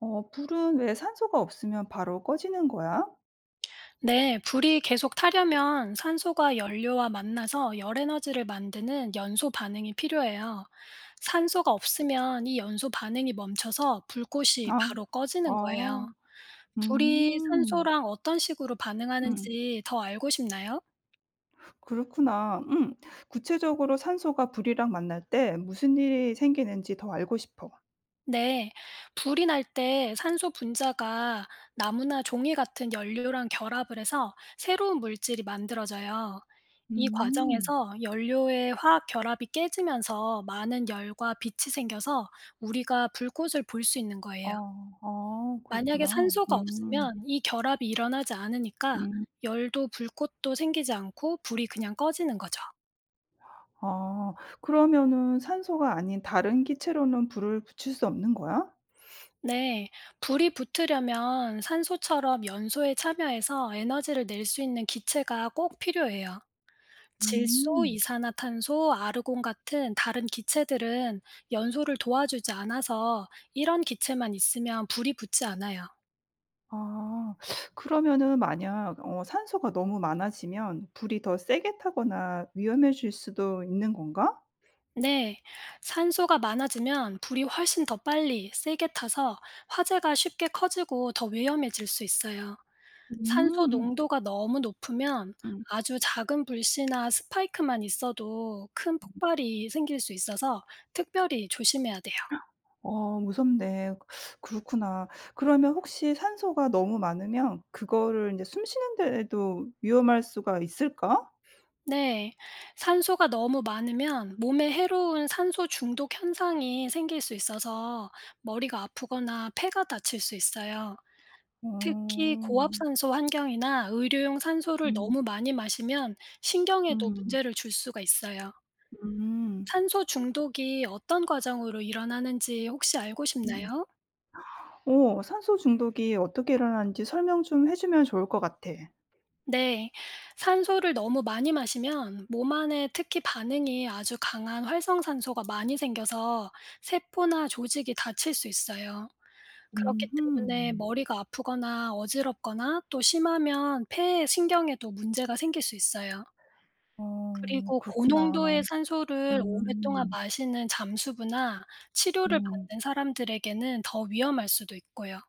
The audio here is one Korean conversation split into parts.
불은 왜 산소가 없으면 바로 꺼지는 거야? 네, 불이 계속 타려면 산소가 연료와 만나서 열 에너지를 만드는 연소 반응이 필요해요. 산소가 없으면 이 연소 반응이 멈춰서 불꽃이 아. 바로 꺼지는 거예요. 아. 불이 음. 산소랑 어떤 식으로 음. 반응하는지 더 알고 싶나요? 그렇구나. 음. 구체적으로 산소가 불이랑 만날 때 무슨 일이 생기는지 더 알고 싶어. 네, 불이 날 때 산소 분자가 나무나 종이 같은 연료랑 결합을 해서 새로운 물질이 만들어져요. 이 음. 과정에서 연료의 화학 결합이 깨지면서 많은 열과 빛이 생겨서 우리가 불꽃을 볼 수 있는 아. 거예요. 아 만약에 그렇구나. 산소가 음. 없으면 이 결합이 일어나지 않으니까 음. 열도 불꽃도 생기지 않고 불이 그냥 꺼지는 거죠. 아. 그러면은 산소가 아닌 다른 기체로는 불을 붙일 수 없는 거야? 네, 불이 붙으려면 산소처럼 연소에 참여해서 에너지를 낼 수 있는 기체가 꼭 필요해요. 질소, 음. 이산화탄소, 아르곤 같은 다른 기체들은 연소를 도와주지 않아서 이런 기체만 있으면 불이 붙지 않아요. 아. 그러면은 만약 산소가 너무 많아지면 불이 더 세게 타거나 위험해질 수도 있는 건가? 네, 산소가 많아지면 불이 훨씬 더 빨리 세게 타서 화재가 쉽게 커지고 더 위험해질 수 있어요. 산소 음. 농도가 너무 높으면 음. 아주 작은 불씨나 스파이크만 있어도 큰 폭발이 생길 수 있어서 특별히 조심해야 돼요. 어 무섭네. 그렇구나. 그러면 혹시 산소가 너무 많으면 그거를 이제 숨 쉬는 데에도 위험할 수가 있을까? 네. 산소가 너무 많으면 몸에 해로운 산소 중독 현상이 생길 수 있어서 머리가 아프거나 폐가 다칠 수 있어요. 특히 어. 고압산소 환경이나 의료용 산소를 음. 너무 많이 마시면 신경에도 음. 문제를 줄 수가 있어요. 음. 탄소 중독이 어떤 과정으로 일어나는지 혹시 알고 음. 싶나요? 산소 중독이 어떻게 일어나는지 설명 좀 해 주면 좋을 것 같아. 네. 산소를 너무 많이 마시면 몸 안에 특히 반응이 아주 강한 활성산소가 많이 생겨서 세포나 조직이 다칠 수 있어요. 그렇기 음 때문에 머리가 아프거나 어지럽거나 또 심하면 폐에 신경에도 문제가 생길 수 있어요. 어 그리고 그렇구나. 고농도의 산소를 오랫동안 음. 마시는 잠수부나 치료를 음. 받는 사람들에게는 더 위험할 수도 있고요.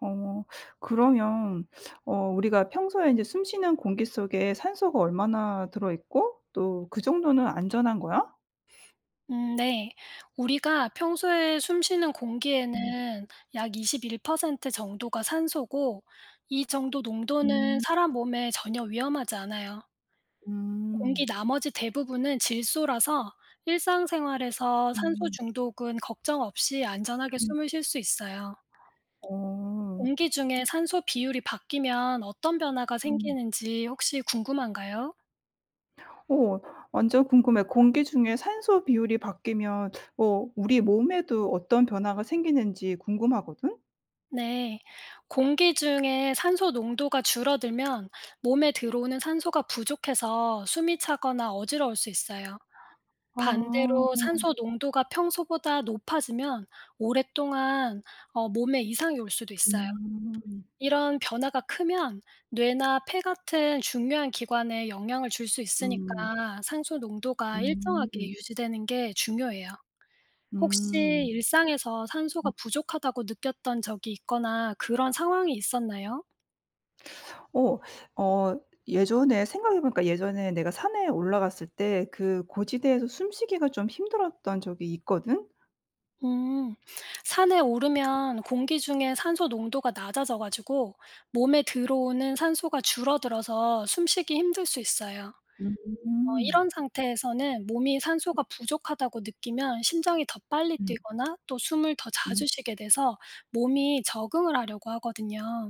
어 그러면 우리가 평소에 이제 숨 쉬는 공기 속에 산소가 얼마나 들어 있고 또 그 정도는 안전한 거야? 네. 우리가 평소에 숨 쉬는 음. 공기에는 약 21% 정도가 산소고 이 정도 농도는 음. 사람 몸에 전혀 위험하지 않아요. 음. 공기 나머지 대부분은 질소라서 일상생활에서 산소 음. 중독은 걱정 없이 안전하게 음. 숨을 쉴 수 있어요. 어. 공기 중에 산소 비율이 바뀌면 어떤 변화가 음. 생기는지 혹시 궁금한가요? 어 완전 궁금해. 공기 중에 산소 비율이 바뀌면 우리 몸에도 어떤 변화가 생기는지 궁금하거든? 네. 공기 중에 산소 농도가 줄어들면 몸에 들어오는 산소가 부족해서 숨이 차거나 어지러울 수 있어요. 아. 반대로 산소 농도가 평소보다 높아지면 오랫동안 몸에 이상이 올 수도 있어요. 음. 이런 변화가 크면 뇌나 폐 같은 중요한 기관에 영향을 줄 수 음. 있으니까 산소 농도가 일정하게 음. 유지되는 게 중요해요. 혹시 음. 일상에서 산소가 부족하다고 느꼈던 적이 있거나 그런 상황이 있었나요? 어. 어 예전에 생각해 보니까 예전에 내가 산에 올라갔을 때 그 고지대에서 숨쉬기가 좀 힘들었던 적이 있거든. 음. 산에 오르면 공기 중에 산소 농도가 낮아져 가지고 몸에 들어오는 산소가 줄어들어서 숨쉬기 힘들 수 있어요. 음. 이런 상태에서는 몸이 산소가 부족하다고 느끼면 심장이 더 빨리 음 뛰거나 또 숨을 더 자주 음. 쉬게 돼서 몸이 적응을 하려고 하거든요.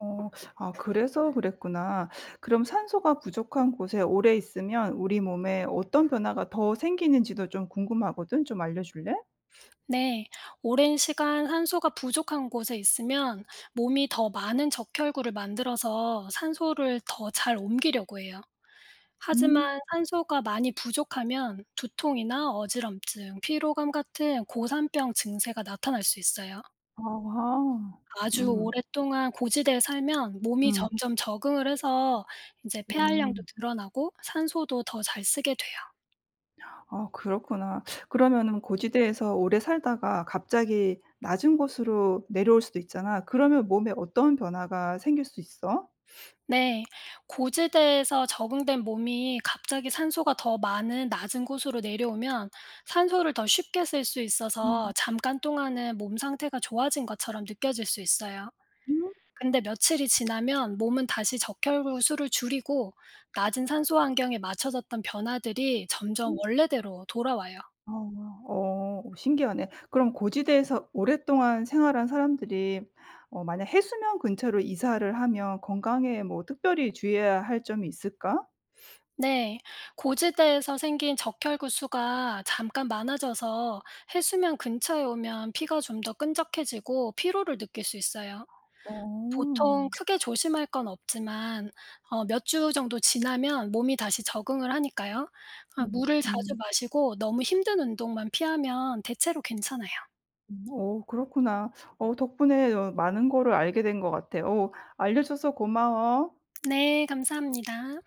어. 아 그래서 그랬구나. 그럼 산소가 부족한 곳에 오래 있으면 우리 몸에 어떤 변화가 더 생기는지도 좀 궁금하거든. 좀 알려 줄래? 네, 오랜 시간 산소가 부족한 곳에 있으면 몸이 더 많은 적혈구를 만들어서 산소를 더 잘 옮기려고 해요. 음. 하지만 산소가 많이 부족하면 두통이나 어지럼증, 피로감 같은 고산병 증세가 나타날 수 있어요. 아. 아주 음. 오랫동안 고지대에 살면 몸이 음. 점점 적응을 해서 이제 폐활량도 음. 늘어나고 산소도 더 잘 쓰게 돼요. 아 그렇구나. 그러면은 고지대에서 오래 살다가 갑자기 낮은 곳으로 내려올 수도 있잖아. 그러면 몸에 어떤 변화가 생길 수 있어? 네. 고지대에서 적응된 몸이 갑자기 산소가 더 많은 낮은 곳으로 내려오면 산소를 더 쉽게 쓸 수 있어서 음. 잠깐 동안은 몸 상태가 좋아진 것처럼 느껴질 수 있어요. 음. 근데 며칠이 지나면 몸은 다시 적혈구 수를 줄이고 낮은 산소 환경에 맞춰졌던 변화들이 점점 음. 원래대로 돌아와요. 어. 어 신기하네. 그럼 고지대에서 오랫동안 생활한 사람들이 만약 해수면 근처로 이사를 하면 건강에 뭐 특별히 주의해야 할 점이 있을까? 네, 고지대에서 생긴 적혈구 수가 잠깐 많아져서 해수면 근처에 오면 피가 좀 더 끈적해지고 피로를 느낄 수 있어요. 어. 보통 크게 조심할 건 없지만 몇 주 정도 지나면 몸이 다시 적응을 하니까요. 음. 물을 자주 음. 마시고 너무 힘든 운동만 피하면 대체로 괜찮아요. 음. 어 그렇구나. 어 덕분에 많은 거를 알게 된 것 같아. 어 알려줘서 고마워. 네, 감사합니다.